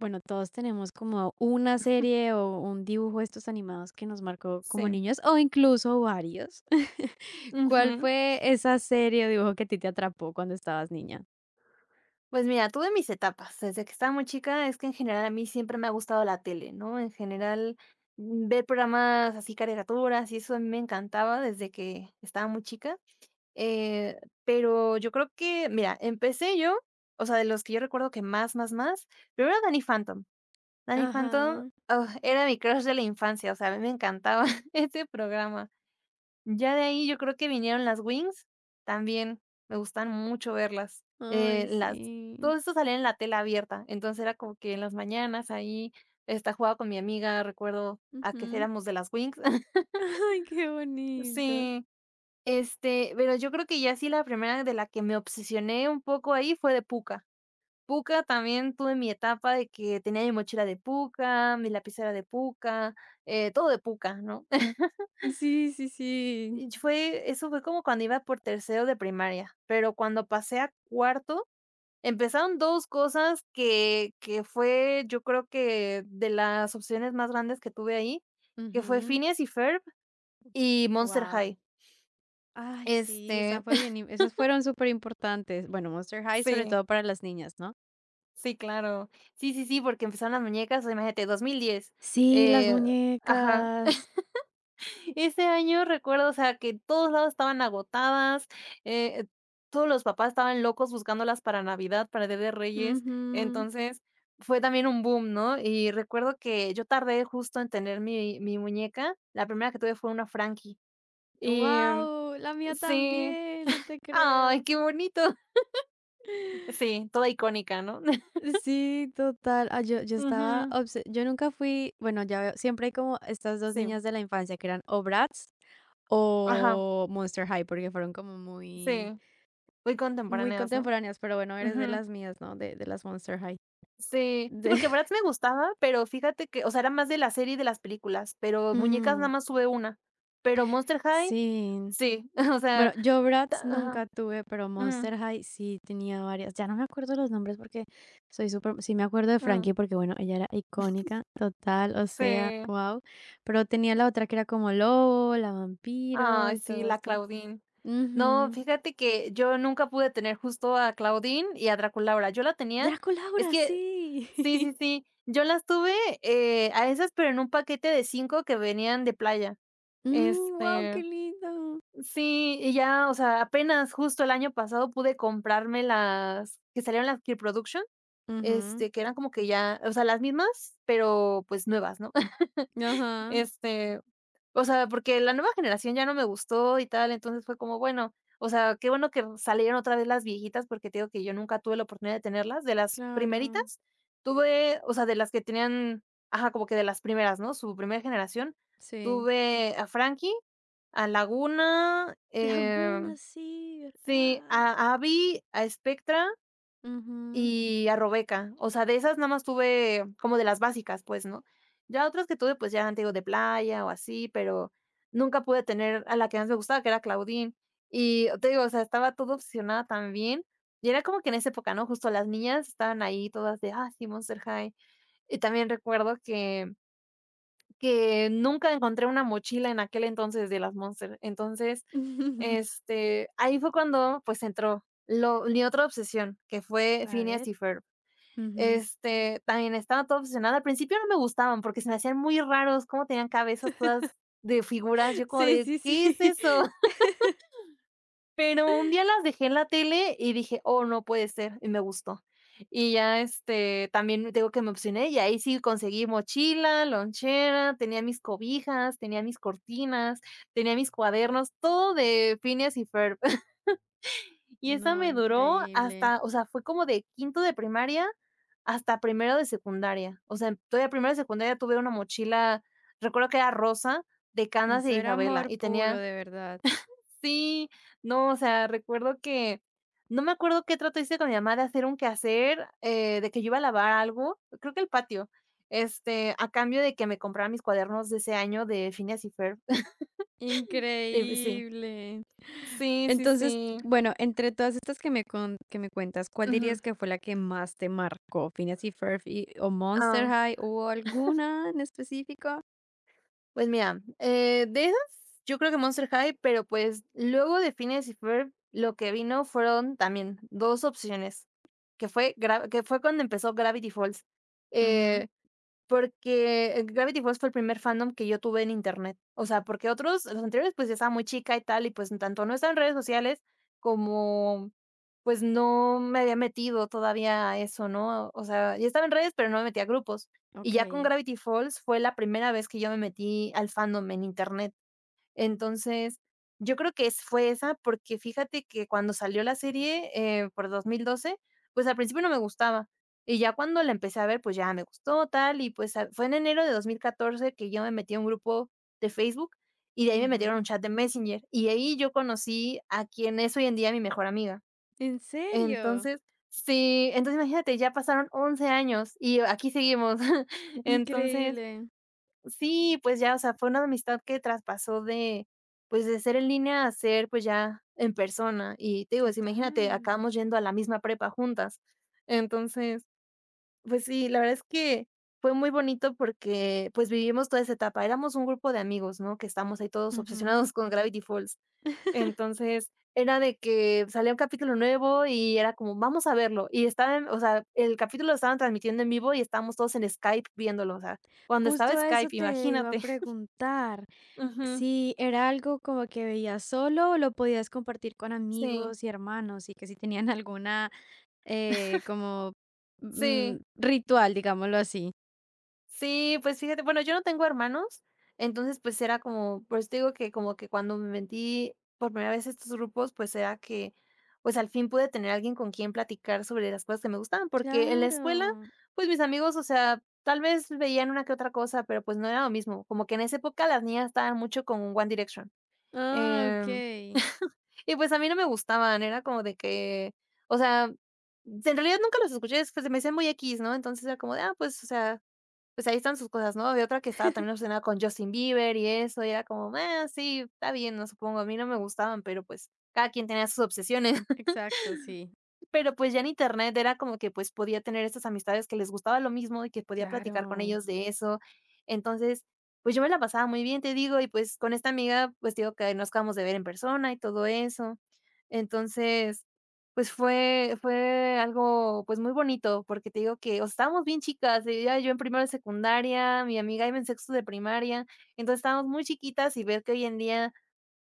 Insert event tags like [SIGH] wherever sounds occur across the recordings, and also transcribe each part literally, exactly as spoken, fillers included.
Bueno, todos tenemos como una serie o un dibujo de estos animados que nos marcó como Sí, niños o incluso varios. [LAUGHS] ¿Cuál ujú. fue esa serie o dibujo que a ti te atrapó cuando estabas niña? Pues mira, tuve mis etapas. Desde que estaba muy chica es que en general a mí siempre me ha gustado la tele, ¿no? En general, mm, ver programas así, caricaturas y eso a mí me encantaba desde que estaba muy chica. Eh, pero yo creo que, mira, empecé yo, o sea, de los que yo recuerdo que más, más, más, primero Danny Phantom. Danny Phantom, Ajá. ah, era mi crush de la infancia, o sea, a mí me encantaba [LAUGHS] ese programa. Ya de ahí yo creo que vinieron las Wings, también me gustan mucho verlas. Eh, Ay, las Todo sí. esto salía en la tela abierta, entonces era como que en las mañanas ahí, esta, jugaba con mi amiga, recuerdo a que Ujú. éramos de las Wings. [LAUGHS] [LAUGHS] Ay, qué bonito. Sí, este, pero yo creo que ya sí la primera de la que me obsesioné un poco ahí fue de Pucca. Pucca también tuve mi etapa de que tenía mi mochila de Pucca, mi lapicera de Pucca, eh, todo de Pucca, ¿no? [LAUGHS] Sí, sí, sí. Y fue eso fue como cuando iba por tercero de primaria, pero cuando pasé a cuarto, empezaron dos cosas que que fue, yo creo que de las opciones más grandes que tuve ahí, que fue Ujú. Phineas y Ferb y Monster Wow. High. Ay, sí, esa Este, fue bien, im- esas fueron súper importantes. Bueno, Monster [LAUGHS] High sobre sí, todo para las niñas, ¿no? sí, claro. Sí, sí, sí, porque empezaron las muñecas, o imagínate, dos mil diez. Sí, las Eh, ajá. muñecas. Ese año recuerdo, o sea, que todos lados estaban agotadas, eh, todos los papás estaban locos buscándolas para Navidad, para Día de Reyes, Ujú. entonces fue también un boom, ¿no? Y recuerdo que yo tardé justo en tener mi mi muñeca, la primera que tuve fue una Frankie, y, em, Wow, la mía sí, también, no te ¡ay, creo. qué bonito! [LAUGHS] Sí, toda icónica, ¿no? [LAUGHS] Sí, total. Ah, yo, yo estaba Ujú, obse- yo nunca fui, bueno, ya veo, siempre hay como estas dos sí, niñas de la infancia que eran o Bratz ajá, o Monster High, porque fueron como muy, sí, muy muy contemporáneas, ¿no? contemporáneas, pero bueno, eres de Ujú. las mías, ¿no? De, de las Monster High. Sí, sí, De, porque Bratz [LAUGHS] me gustaba, pero fíjate que, o sea, era más de la serie y de las películas, pero Muñecas nada mm, más tuve una, pero Monster High, sí. sí, [LAUGHS] o Bueno, sea, yo Bratz ta ajá, nunca tuve, pero mm, Monster High sí tenía varias. Ya no me acuerdo los nombres porque soy súper. Sí me acuerdo de mm, Frankie porque, bueno, ella era icónica, total, o sea, sí, wow. Pero tenía la otra que era como Lobo, la vampiro ay, y sí, todo la esto. Claudine. No, Ujú. fíjate que yo nunca pude tener justo a Claudine y a Draculaura, yo la tenía, es Draculaura, que sí. sí, sí, [LAUGHS] sí, yo las tuve, eh, a esas, pero en un paquete de cinco que venían de playa, Wow, este. qué lindo. Sí, y ya, o sea, apenas justo el año pasado pude comprarme las que salieron las Kill Production, Ujú. este, que eran como que ya, o sea, las mismas, pero pues nuevas, ¿no? [LAUGHS] Ajá, Este, o sea, porque la nueva generación ya no me gustó y tal, entonces fue como, bueno, o sea, qué bueno que salieron otra vez las viejitas, porque te digo que yo nunca tuve la oportunidad de tenerlas, de las claro. primeritas, tuve, o sea, de las que tenían, ajá, como que de las primeras, ¿no? Su primera generación, Sí. tuve a Frankie, a Laguna, Laguna, em, sí, sí, ¿verdad? a Abby, a Spectra Ujú. y a Robeca. O sea, de esas nada más tuve como de las básicas, pues, ¿no? Ya otras que tuve, pues ya te digo, de playa o así, pero nunca pude tener a la que más me gustaba, que era Claudine. Y te digo, o sea, estaba todo obsesionada también. Y era como que en esa época, ¿no? Justo las niñas estaban ahí todas de, ah, sí, Monster High. Y también recuerdo que que nunca encontré una mochila en aquel entonces de las Monster. Entonces, [LAUGHS] este, ahí fue cuando, pues, entró lo mi otra obsesión, que fue A Phineas ver. y Ferb. Ujú. Este, también estaba toda obsesionada. Al principio no me gustaban porque se me hacían muy raros cómo tenían cabezas todas de figuras. Yo como Sí, de: sí, sí. "¿Qué es eso?" Pero un día [LAUGHS] las dejé en la tele y dije: "Oh, no puede ser", y me gustó. Y ya, este, también te digo que me obsesioné, y ahí sí conseguí mochila, lonchera, tenía mis cobijas, tenía mis cortinas, tenía mis cuadernos, todo de Phineas y Ferb. [LAUGHS] Y esa No, me duró increíble. hasta, o sea, fue como de quinto de primaria hasta primero de secundaria. O sea, todavía primero de secundaria tuve una mochila, recuerdo que era rosa, de canas Eso de era Isabela, amor y puro, tenía. de verdad. Sí, no, o sea, recuerdo que no me acuerdo qué trato hice con mi mamá de hacer un quehacer, eh, de que yo iba a lavar algo, creo que el patio, este, a cambio de que me comprara mis cuadernos de ese año de Phineas y Ferb. [LAUGHS] Y pues sí, Increíble. sí, sí, Entonces, sí. bueno, entre todas estas que me con- que me cuentas, ¿cuál Ujú. dirías que fue la que más te marcó? ¿Phineas y Ferb y- o Monster Ah, High hubo alguna en específico? pues mira, eh, de esas, yo creo que Monster High, pero pues luego de Phineas y Ferb, lo que vino fueron también dos opciones, que fue gra que fue cuando empezó Gravity Falls. Ujú. Eh Porque eh, Gravity Falls fue el primer fandom que yo tuve en Internet. O sea, porque otros, los anteriores, pues, yo estaba muy chica y tal, y, pues, tanto no estaba en redes sociales como, pues, no me había metido todavía a eso, ¿no? O sea, ya estaba en redes, pero no me metía a grupos. Y Ok. ya con Gravity Falls fue la primera vez que yo me metí al fandom en Internet. Entonces, yo creo que es fue esa, porque fíjate que cuando salió la serie, eh, por dos mil doce, pues, al principio no me gustaba, y ya cuando la empecé a ver, pues, ya me gustó, tal, y pues, ah, fue en enero de dos mil catorce que yo me metí a un grupo de Facebook, y de ahí me metieron a Ujú. un chat de Messenger, y ahí yo conocí a quien es hoy en día mi mejor amiga. ¿En serio? Entonces sí, entonces imagínate, ya pasaron once años y aquí seguimos. [LAUGHS] Entonces Increíble. sí, pues ya, o sea, fue una amistad que traspasó de, pues, de ser en línea a ser, pues, ya en persona. Y te digo, pues, imagínate, Total. acabamos yendo a la misma prepa juntas. Entonces, pues sí, la verdad es que fue muy bonito porque, pues, vivimos toda esa etapa. Éramos un grupo de amigos, ¿no? Que estamos ahí todos Ujú. obsesionados con Gravity Falls. Entonces, era de que salía un capítulo nuevo y era como, vamos a verlo. Y estaban, o sea, el capítulo lo estaban transmitiendo en vivo y estábamos todos en Skype viéndolo. O sea, cuando estaba Justo a eso Skype, te iba a imagínate. preguntar, Ujú. si era algo como que veías solo o lo podías compartir con Sí, amigos y hermanos y que si tenían [LAUGHS] alguna eh, como mm, sí, ritual, digámoslo así. sí, pues fíjate, bueno, yo no tengo hermanos, entonces pues era como, por eso te digo que como que cuando me metí por primera vez a estos grupos, pues era que pues al fin pude tener alguien con quien platicar sobre las cosas que me gustaban, porque en la escuela, Claro. pues mis amigos, o sea, tal vez veían una que otra cosa, pero pues no era lo mismo, como que en esa época las niñas estaban mucho con One Direction. Ah, ok. em, [LAUGHS] Y pues a mí no me gustaban, era como de que, o sea, en realidad nunca los escuché, es que se me hacían muy x, ¿no? Entonces era como de, ah, pues, o sea, pues ahí están sus cosas, ¿no? Había otra que estaba también obsesionada con Justin Bieber y eso, y era como, ah, sí, está bien, no supongo, a mí no me gustaban, pero pues cada quien tenía sus obsesiones. Exacto, sí. Pero, pues, ya en Internet era como que, pues, podía tener estas amistades que les gustaba lo mismo y que podía platicar con Claro. ellos de eso. Entonces, pues, yo me la pasaba muy bien, te digo, y, pues, con esta amiga, pues, te digo que nos acabamos de ver en persona y todo eso. Entonces, pues, fue fue algo, pues, muy bonito, porque te digo que, o sea, estábamos bien chicas, ella yo en primero de secundaria, mi amiga iba en sexto de primaria, entonces estábamos muy chiquitas y ver que hoy en día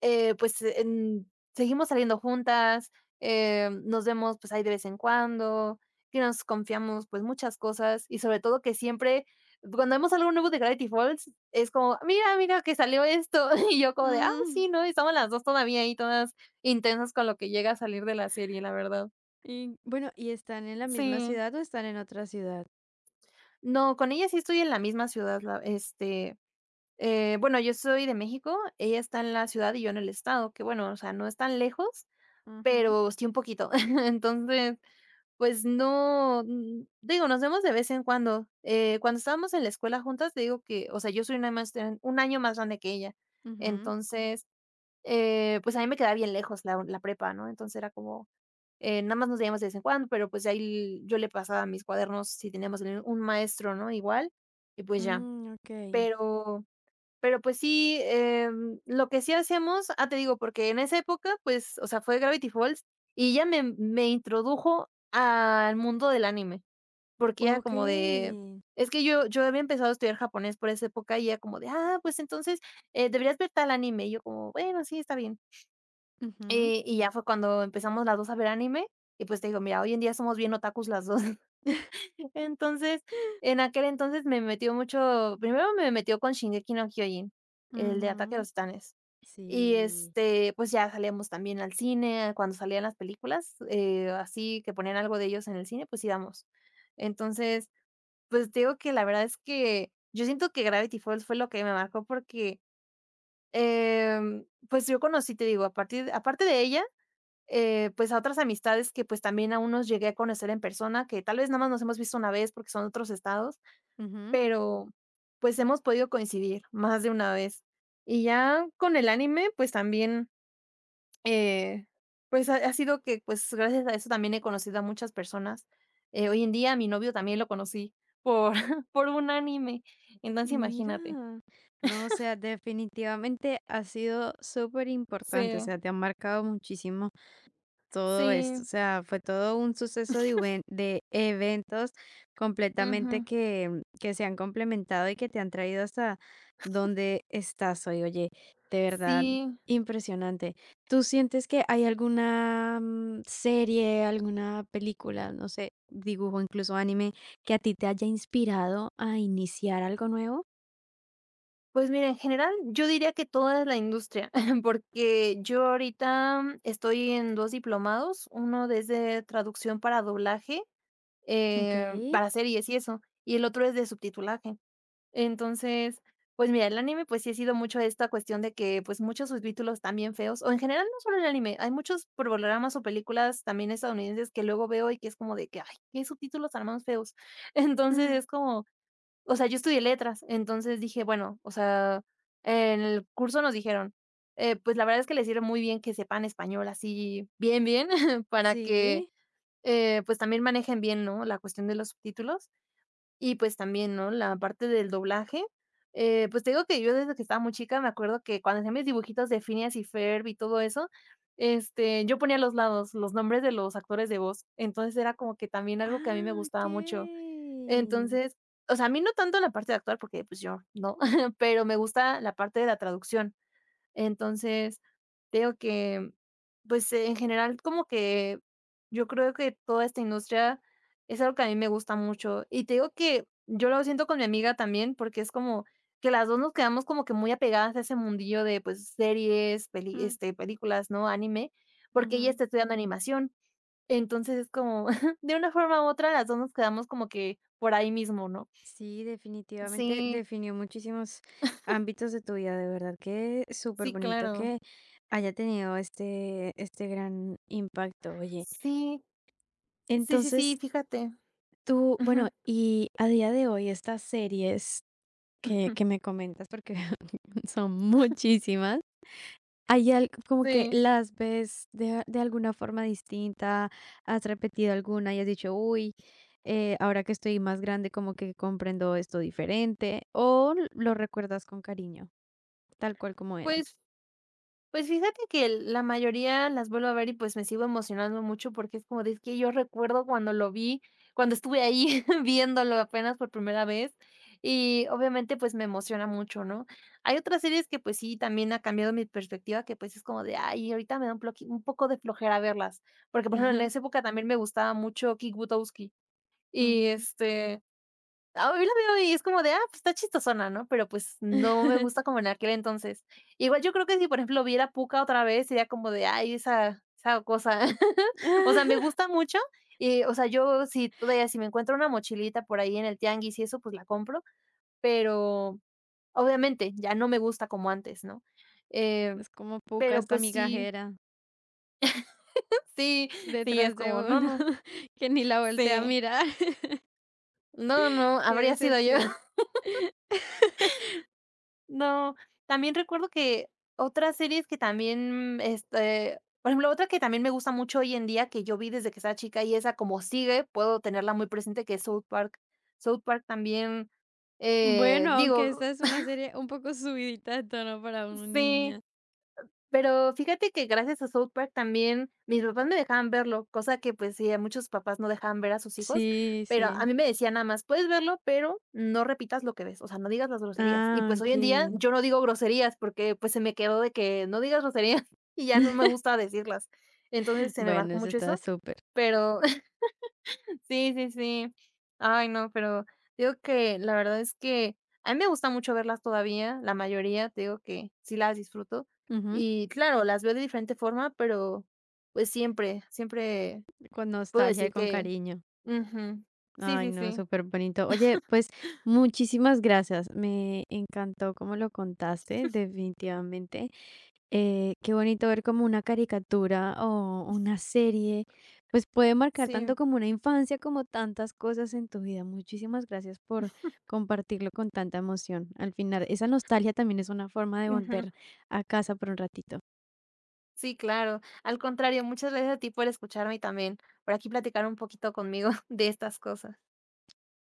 eh, pues, en seguimos saliendo juntas, eh, nos vemos, pues, ahí de vez en cuando, que nos confiamos, pues, muchas cosas, y sobre todo que siempre cuando vemos algo nuevo de Gravity Falls, es como: "Mira, mira que salió esto", [LAUGHS] y yo como de: "Ah, Mm. sí, ¿no?". Y estamos las dos todavía ahí todas intensas con lo que llega a salir de la serie, la verdad. Y bueno, ¿y están en la misma Sí. ciudad o están en otra ciudad? No, con ella sí estoy en la misma ciudad, la este, eh, bueno, yo soy de México, ella está en la ciudad y yo en el estado, que bueno, o sea, no es tan lejos. Ujú, Pero sí un poquito. [LAUGHS] Entonces, pues no, mm, digo, nos vemos de vez en cuando. Eh, cuando estábamos en la escuela juntas, te digo que, o sea, yo soy una más gran un año más grande que ella. ujú. Entonces, eh, pues a mí me quedaba bien lejos la la prepa, ¿no? Entonces era como, eh, nada más nos veíamos de vez en cuando, pero pues ahí yo le pasaba mis cuadernos si teníamos el un maestro, ¿no? Igual, y pues ya. Mm, ok. Pero pero, pues sí, em, lo que sí hacemos ah, te digo, porque en esa época, pues, o sea, fue Gravity Falls, y ya me me introdujo al mundo del anime, porque era Ok. como de es que yo yo había empezado a estudiar japonés por esa época y era como de: "Ah, pues entonces, eh, deberías ver tal anime", y yo como: "Bueno, sí, está bien". Ujú, Eh, y ya fue cuando empezamos las dos a ver anime, y pues te digo, mira, hoy en día somos bien otakus las dos. [LAUGHS] [LAUGHS] Entonces, en aquel entonces me metió mucho primero me metió con Shingeki no Kyojin, el de Ataque a ujú. los Titanes. Y, Sí. este, pues, ya salíamos también al cine, cuando salían las películas, eh, así que ponían algo de ellos en el cine, pues íbamos. Entonces, pues, te digo que la verdad es que yo siento que Gravity Falls fue lo que me marcó porque, em, pues, yo conocí, te digo, a partir aparte de ella, eh, pues, a otras amistades que, pues, también aún nos llegué a conocer en persona, que tal vez nada más nos hemos visto una vez porque son otros estados, Ujú. pero, pues, hemos podido coincidir más de una vez. Y ya con el anime, pues, también eh, pues, ha ha sido que, pues, gracias a eso también he conocido a muchas personas. Eh, hoy en día, mi novio también lo conocí por [LAUGHS] por un anime. Entonces, Mira, imagínate. no, o sea, definitivamente ha sido súper importante, o Sí, sea, te ha marcado muchísimo todo sí, esto, o sea, fue todo un suceso de, uven- de eventos completamente ujú, que, que se han complementado y que te han traído hasta donde estás hoy, oye, de verdad, sí. impresionante. ¿Tú sientes que hay alguna mm, serie, alguna película, no sé, dibujo, incluso anime, que a ti te haya inspirado a iniciar algo nuevo? Pues mira, en general, yo diría que toda la industria, [LAUGHS] porque yo ahorita estoy en dos diplomados, uno desde traducción para doblaje, eh, Okey, para series y eso, y el otro es de subtitulaje. Entonces, pues mira, el anime, pues sí ha sido mucho esta cuestión de que, pues, muchos subtítulos también feos, o en general no solo el anime, hay muchos programas o películas también estadounidenses que luego veo y que es como de que, ay, qué subtítulos tan más feos. [LAUGHS] Entonces es como, o sea, yo estudié letras, entonces dije, bueno, o sea, en el curso nos dijeron, eh, pues la verdad es que les sirve muy bien que sepan español así bien, bien, [LAUGHS] para que, sí. eh, pues también manejen bien, ¿no? La cuestión de los subtítulos. Y, pues, también, ¿no?, la parte del doblaje, eh, pues, te digo que yo desde que estaba muy chica me acuerdo que cuando hacía mis dibujitos de Phineas y Ferb y todo eso, este, yo ponía a los lados los nombres de los actores de voz, entonces era como que también algo que a mí me Ah, gustaba mucho. okey. Entonces, o sea, a mí no tanto la parte de actuar porque, pues, yo no, [LAUGHS] pero me gusta la parte de la traducción. Entonces, tengo que, pues, en general, como que yo creo que toda esta industria es algo que a mí me gusta mucho. Y te digo que yo lo siento con mi amiga también, porque es como que las dos nos quedamos como que muy apegadas a ese mundillo de, pues, series, peli Mm, este, películas, ¿no? Anime, porque ella ujú. está estudiando animación. Entonces, es como [LAUGHS] de una forma u otra, las dos nos quedamos como que por ahí mismo, ¿no? Sí, definitivamente Sí, definió muchísimos ámbitos de tu vida, de verdad que súper sí, bonito claro. que haya tenido este este gran impacto, oye. Sí, sí, sí, sí, Entonces, fíjate. tú bueno, Ujú. y a día de hoy estas series que que me comentas, porque [LAUGHS] son muchísimas. ¿Hay al como que Sí. las ves de de alguna forma distinta? ¿Has repetido alguna y has dicho: "Uy, eh, ahora que estoy más grande, como que comprendo esto diferente"? ¿O l- lo recuerdas con cariño, tal cual como era? Pues pues fíjate que el- la mayoría las vuelvo a ver y, pues, me sigo emocionando mucho porque es como de: "Es que yo recuerdo cuando lo vi, cuando estuve ahí [LAUGHS] viéndolo apenas por primera vez", y obviamente, pues, me emociona mucho, ¿no? Hay otras series que, pues sí, también ha cambiado mi perspectiva, que, pues, es como de: "Ay, ahorita me da un ploqui un poco de flojera verlas", porque, por ejemplo, en Ajá. esa época también me gustaba mucho Kick Buttowski y, Ujú. este. Ah, hoy la veo y es como de, ah, pues está chistosona, ¿no? Pero pues no me gusta [LAUGHS] como en aquel entonces. Igual yo creo que si, por ejemplo, viera Pucca otra vez, sería como de, ay, esa, esa cosa. [LAUGHS] O sea, me gusta mucho y, o sea, yo si todavía si me encuentro una mochilita por ahí en el tianguis y eso, pues la compro, pero obviamente ya no me gusta como antes, ¿no? Eh, Es como Pucca, pero esta pues sí, migajera [LAUGHS] sí, sí, es detrás de como, no, uno no, [LAUGHS] que ni la voltea a sí, mirar. [LAUGHS] no, no, Qué habría sido yo. decepción. [LAUGHS] No, también recuerdo que otras series que también, este, por ejemplo, otra que también me gusta mucho hoy en día, que yo vi desde que estaba chica y esa como sigue, puedo tenerla muy presente, que es South Park. South Park también, eh, Bueno, aunque digo, esta es una serie un poco subidita de tono para un sí. niño. Pero fíjate que gracias a South Park también mis papás me dejaban verlo, cosa que, pues, sí, a muchos papás no dejaban ver a sus hijos, Sí, pero a sí. mí me decían nada más: "Puedes verlo, pero no repitas lo que ves, o sea, no digas las groserías". Y, Ah, pues, hoy en día okey. yo no digo groserías porque, pues, se me quedó de que no digas groserías [LAUGHS] y ya no me [LAUGHS] gusta decirlas. Entonces, se me Bueno, marcó eso mucho está eso, súper. pero sí, sí, sí. Ay, no, pero digo que la verdad es que a mí me gusta mucho verlas todavía, la mayoría, te digo que sí las disfruto. Ujú. Y claro, las veo de diferente forma, pero pues siempre, siempre Con puedo nostalgia y decir con que cariño. ujú. Sí, Ay, sí, no, sí. súper bonito. Oye, pues, muchísimas gracias. Me encantó cómo lo contaste, definitivamente. Eh, qué bonito ver como una caricatura o una serie, pues, puede marcar Sí, tanto como una infancia, como tantas cosas en tu vida. Muchísimas gracias por compartirlo con tanta emoción. Al final, esa nostalgia también es una forma de ujú. volver a casa por un ratito. Sí, claro. Al contrario, muchas gracias a ti por escucharme y también por aquí platicar un poquito conmigo [LAUGHS] de estas cosas.